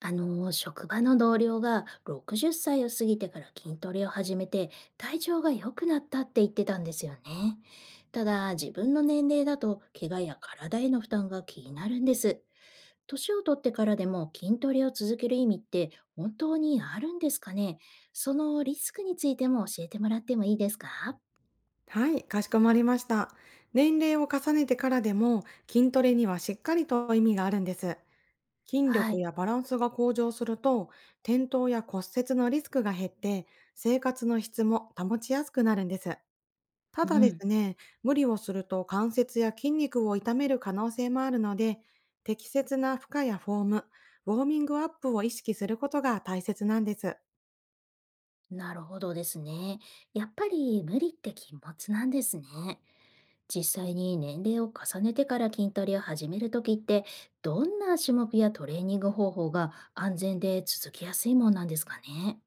職場の同僚が60歳を過ぎてから筋トレを始めて体調が良くなったって言ってたんですよね。ただ、自分の年齢だと怪我や体への負担が気になるんです。年を取ってからでも筋トレを続ける意味って本当にあるんですかね？そのリスクについても教えてもらってもいいですか？はい、かしこまりました。年齢を重ねてからでも筋トレにはしっかりと意味があるんです。筋は力い。やバランスが向上すると、転倒や骨折のリスクが減って、生活の質も保ちやすくなるんです。たうだでん。すね、無理をすると関節や筋肉を痛める可能性もあるので、適切な負荷やフォーム、ウォーミングアップを意識することが大切なんです。なるほどですね。やっぱり無理って禁物なんですね。実際に年齢を重ねてから筋トレを始めるときって、どんな種目やトレーニング方法が安全で続きやすいもんなんですかね？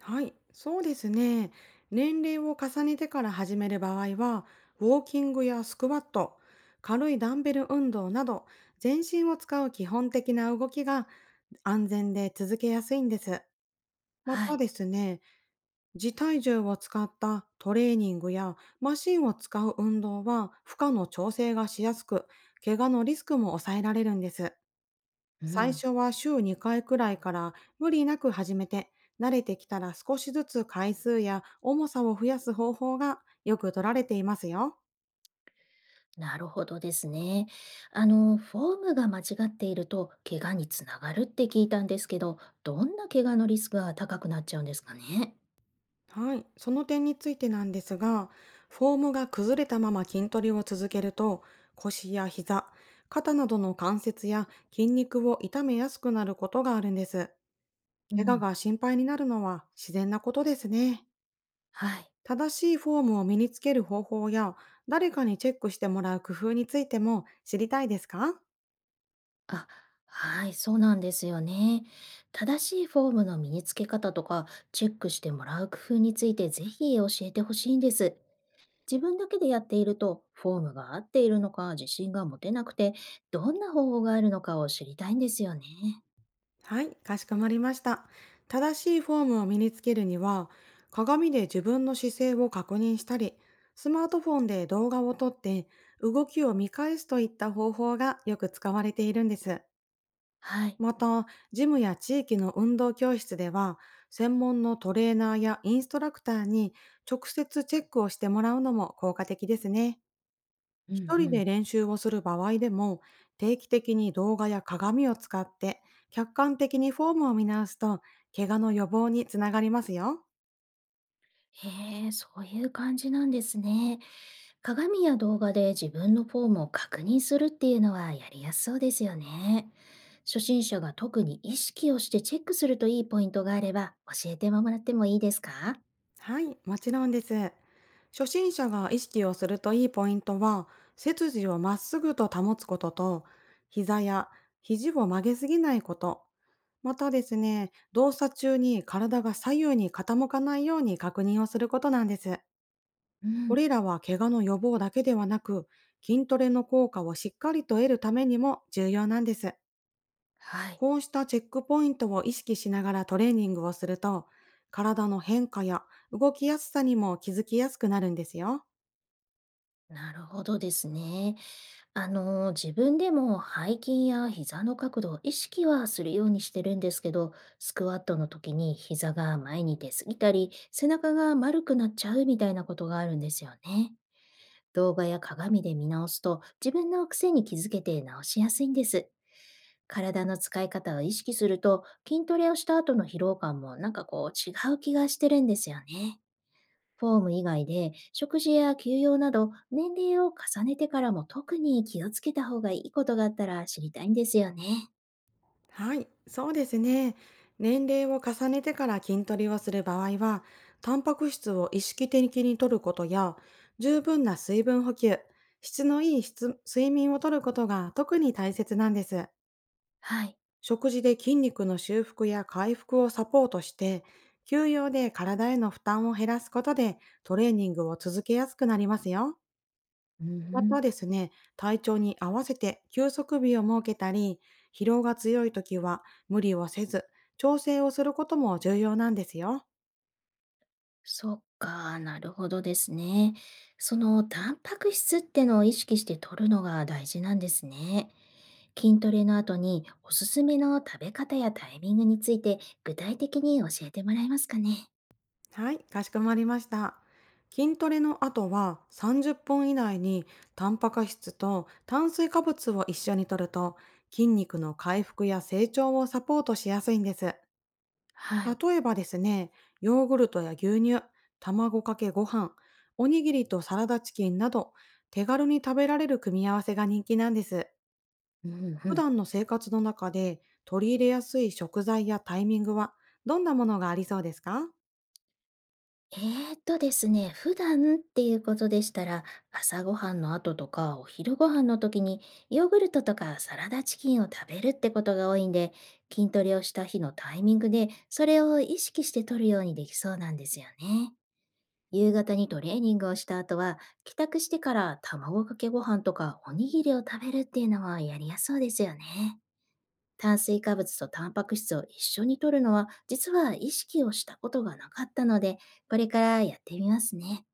はい、そうですね。年齢を重ねてから始める場合は、ウォーキングやスクワット、軽いダンベル運動など、全身を使う基本的な動きが安全で続けやすいんです。まはたい。ですね、自体重を使ったトレーニングやマシンを使う運動は負荷の調整がしやすく、怪我のリスクも抑えられるんです。う最ん、初は週2回くらいから無理なく始めて、慣れてきたら少しずつ回数や重さを増やす方法がよく取られていますよ。なるほどですね。あの、フォームが間違っていると怪我につながるって聞いたんですけど、どんな怪我のリスクが高くなっちゃうんですかね？はい。その点についてなんですが、フォームが崩れたまま筋トレを続けると、腰や膝、肩などの関節や筋肉を痛めやすくなることがあるんです。う怪我ん。が心配になるのは自然なことですね。はい。正しいフォームを身につける方法や、誰かにチェックしてもらう工夫についても知りたいですか？あ、はい、そうなんですよね。正しいフォームの身につけ方とか、チェックしてもらう工夫についてぜひ教えてほしいんです。自分だけでやっていると、フォームが合っているのか自信が持てなくて、どんな方法があるのかを知りたいんですよね。はい、かしこまりました。正しいフォームを身につけるには、鏡で自分の姿勢を確認したり、スマートフォンで動画を撮って動きを見返すといった方法がよく使われているんです。はい。また、ジムや地域の運動教室では、専門のトレーナーやインストラクターに直接チェックをしてもらうのも効果的ですね。うん一う人ん。で練習をする場合でも、定期的に動画や鏡を使って、客観的にフォームを見直すと、怪我の予防につながりますよ。へえ、そういう感じなんですね。鏡や動画で自分のフォームを確認するっていうのはやりやすそうですよね。初心者が特に意識をしてチェックするといいポイントがあれば教えてもらってもいいですか？はい、もちろんです。初心者が意識をするといいポイントは、背筋をまっすぐと保つことと、膝や肘を曲げすぎないこと、またですね、動作中に体が左右に傾かないように確認をすることなんです。うこん。れらは怪我の予防だけではなく、筋トレの効果をしっかりと得るためにも重要なんです。はい。こうしたチェックポイントを意識しながらトレーニングをすると、体の変化や動きやすさにも気づきやすくなるんですよ。なるほどですね。あの、自分でも背筋や膝の角度を意識はするようにしてるんですけど、スクワットの時に膝が前に出すぎたり、背中が丸くなっちゃうみたいなことがあるんですよね。動画や鏡で見直すと自分の癖に気づけて直しやすいんです。体の使い方を意識すると筋トレをした後の疲労感もなんかこう違う気がしてるんですよね。フォーム以外で食事や休養など年齢を重ねてからも特に気をつけた方がいいことがあったら知りたいんですよね。はい、そうですね。年齢を重ねてから筋トレをする場合は、タンパク質を意識的に摂ることや、十分な水分補給、質のいい質睡眠をとることが特に大切なんです。はい。食事で筋肉の修復や回復をサポートして、休養で体への負担を減らすことでトレーニングを続けやすくなりますよ。うんうまたでん。すね、体調に合わせて休息日を設けたり、疲労が強い時は無理をせず、調整をすることも重要なんですよ。そっか、なるほどですね。そのタンパク質ってのを意識して摂るのが大事なんですね。筋トレの後におすすめの食べ方やタイミングについて具体的に教えてもらえますかね？はい、かしこまりました。筋トレの後は30分以内にタンパク質と炭水化物を一緒に摂ると筋肉の回復や成長をサポートしやすいんです。はい。例えばですね、ヨーグルトや牛乳、卵かけご飯、おにぎりとサラダチキンなど手軽に食べられる組み合わせが人気なんです。うんう普ん。段の生活の中で取り入れやすい食材やタイミングはどんなものがありそうですか？えーとですね、普段っていうことでしたら、朝ごはんの後とかお昼ご飯の時にヨーグルトとかサラダチキンを食べるってことが多いんで、筋トレをした日のタイミングでそれを意識して取るようにできそうなんですよね。夕方にトレーニングをした後は、帰宅してから卵かけご飯とかおにぎりを食べるっていうのはやりやすそうですよね。炭水化物とタンパク質を一緒に摂るのは、実は意識をしたことがなかったので、これからやってみますね。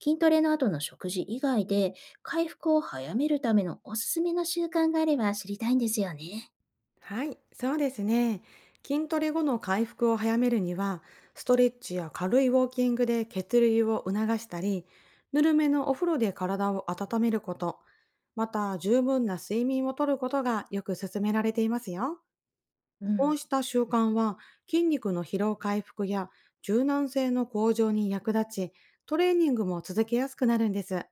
筋トレの後の食事以外で、回復を早めるためのおすすめの習慣があれば知りたいんですよね。はい、そうですね。筋トレ後の回復を早めるには、ストレッチや軽いウォーキングで血流を促したり、ぬるめのお風呂で体を温めること、また十分な睡眠をとることがよく勧められていますよ。うこうん。した習慣は筋肉の疲労回復や柔軟性の向上に役立ち、トレーニングも続けやすくなるんです。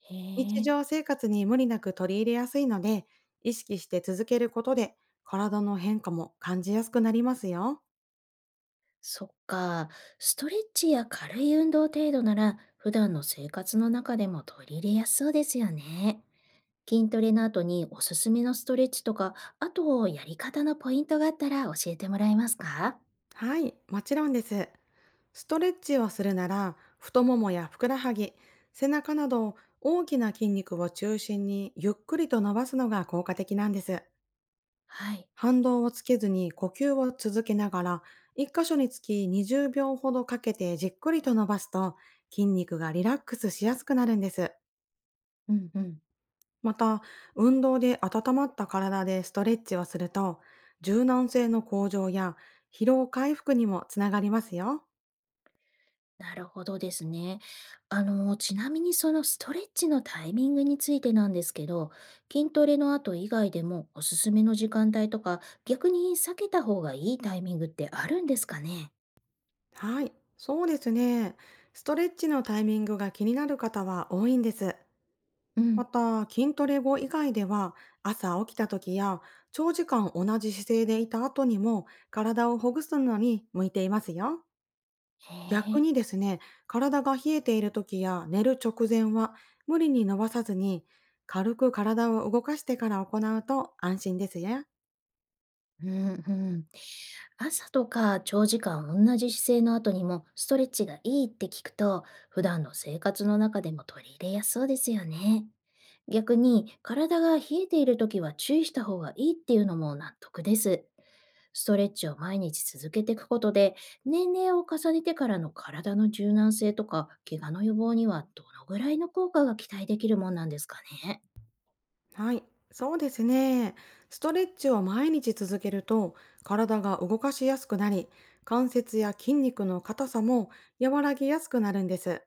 へ日え。常生活に無理なく取り入れやすいので、意識して続けることで、体の変化も感じやすくなりますよ。そっか。ストレッチや軽い運動程度なら、普段の生活の中でも取り入れやすそうですよね。筋トレの後におすすめのストレッチとか、あとやり方のポイントがあったら教えてもらえますか？はい、もちろんです。ストレッチをするなら、太ももやふくらはぎ、背中など大きな筋肉を中心にゆっくりと伸ばすのが効果的なんです。はい。反動をつけずに呼吸を続けながら、一箇所につき20秒ほどかけてじっくりと伸ばすと、筋肉がリラックスしやすくなるんです。うんうん。また、運動で温まった体でストレッチをすると、柔軟性の向上や疲労回復にもつながりますよ。なるほどですね。あの、ちなみにそのストレッチのタイミングについてなんですけど、筋トレの後以外でもおすすめの時間帯とか、逆に避けた方がいいタイミングってあるんですかね？はい、そうですね。ストレッチのタイミングが気になる方は多いんです。うまん。た、筋トレ後以外では、朝起きた時や、長時間同じ姿勢でいた後にも、体をほぐすのに向いていますよ。へ逆え。にですね、体が冷えている時や寝る直前は無理に伸ばさずに、軽く体を動かしてから行うと安心ですよ。うんうん。朝とか長時間同じ姿勢の後にもストレッチがいいって聞くと、普段の生活の中でも取り入れやすそうですよね。逆に体が冷えている時は注意した方がいいっていうのも納得です。ストレッチを毎日続けていくことで、年齢を重ねてからの体の柔軟性とか怪我の予防にはどのぐらいの効果が期待できるもんなんですかね。はい、そうですね。ストレッチを毎日続けると、体が動かしやすくなり、関節や筋肉の硬さも和らぎやすくなるんです。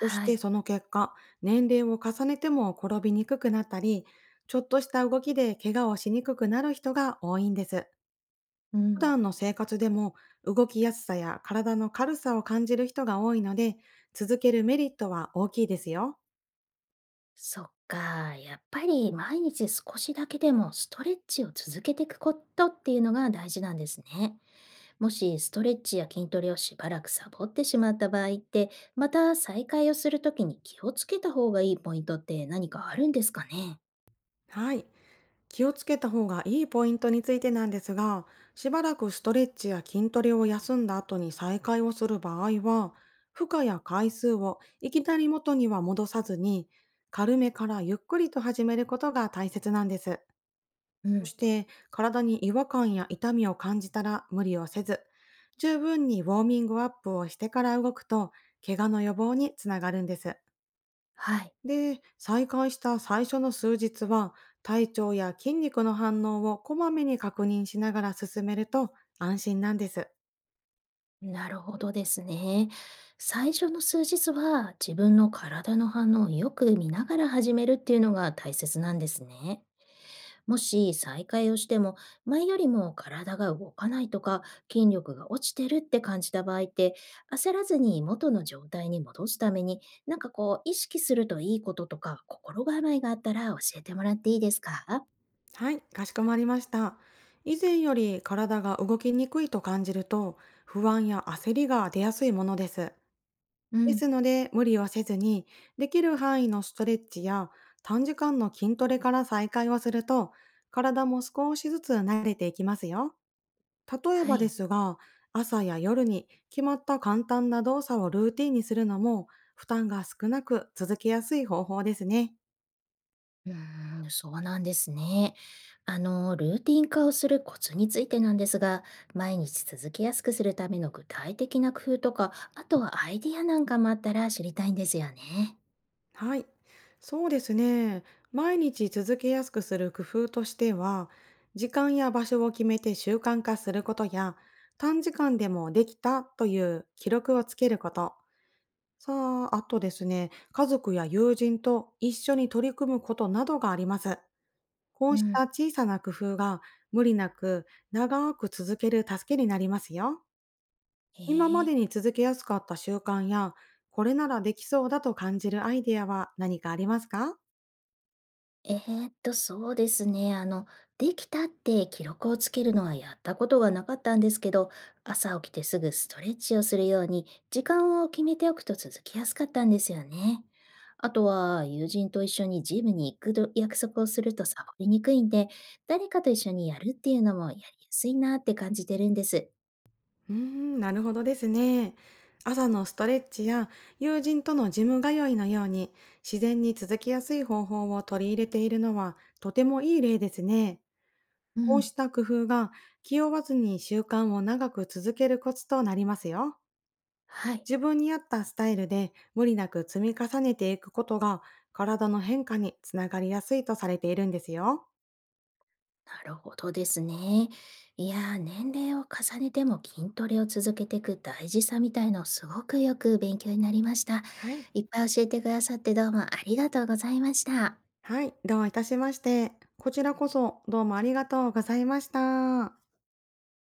そしてい。その結果、年齢を重ねても転びにくくなったり、ちょっとした動きで怪我をしにくくなる人が多いんです。う普ん。段の生活でも動きやすさや体の軽さを感じる人が多いので、続けるメリットは大きいですよ。そっか、やっぱり毎日少しだけでもストレッチを続けていくことっていうのが大事なんですね。もしストレッチや筋トレをしばらくサボってしまった場合って、また再開をするときに気をつけた方がいいポイントって何かあるんですかね？はい。気をつけた方がいいポイントについてなんですが、しばらくストレッチや筋トレを休んだ後に再開をする場合は、負荷や回数をいきなり元には戻さずに、軽めからゆっくりと始めることが大切なんです。うそしん、て、体に違和感や痛みを感じたら無理をせず、十分にウォーミングアップをしてから動くと、怪我の予防につながるんです。はい。で、再開した最初の数日は、体調や筋肉の反応をこまめに確認しながら進めると安心なんです。なるほどですね。最初の数日は自分の体の反応をよく見ながら始めるっていうのが大切なんですね。もし再開をしても前よりも体が動かないとか筋力が落ちてるって感じた場合って焦らずに元の状態に戻すためになんかこう意識するといいこととか心構えがあったら教えてもらっていいですか？はい、かしこまりました。以前より体が動きにくいと感じると、不安や焦りが出やすいものです。うでん。すので、無理はせずに、できる範囲のストレッチや短時間の筋トレから再開をすると、体も少しずつ慣れていきますよ。例えはばでい。すが、朝や夜に決まった簡単な動作をルーティンにするのも、負担が少なく続けやすい方法ですね。うーん、そうなんですね。あの、ルーティン化をするコツについてなんですが、毎日続けやすくするための具体的な工夫とか、あとはアイディアなんかもあったら知りたいんですよね。はい、そうですね。毎日続けやすくする工夫としては、時間や場所を決めて習慣化することや、短時間でもできたという記録をつけること。さあ、あとですね、家族や友人と一緒に取り組むことなどがあります。こううしたん。小さな工夫が無理なく長く続ける助けになりますよ。へ今まえ。でに続けやすかった習慣や、これならできそうだと感じるアイデアは何かありますか？そうですね。あの、できたって記録をつけるのはやったことがなかったんですけど、朝起きてすぐストレッチをするように、時間を決めておくと続きやすかったんですよね。あとは、友人と一緒にジムに行くど約束をするとサボりにくいんで、誰かと一緒にやるっていうのもやりやすいなって感じてるんです。うーん、なるほどですね。朝のストレッチや友人とのジム通いのように自然に続きやすい方法を取り入れているのはとてもいい例ですね。うこうん。した工夫が気負わずに習慣を長く続けるコツとなりますよ。はい。自分に合ったスタイルで無理なく積み重ねていくことが体の変化につながりやすいとされているんですよ。なるほどですね。いやー、年齢を重ねても筋トレを続けていく大事さみたいのすごくよく勉強になりました。はい。いっぱい教えてくださってどうもありがとうございました。はい、どういたしまして。こちらこそどうもありがとうございました。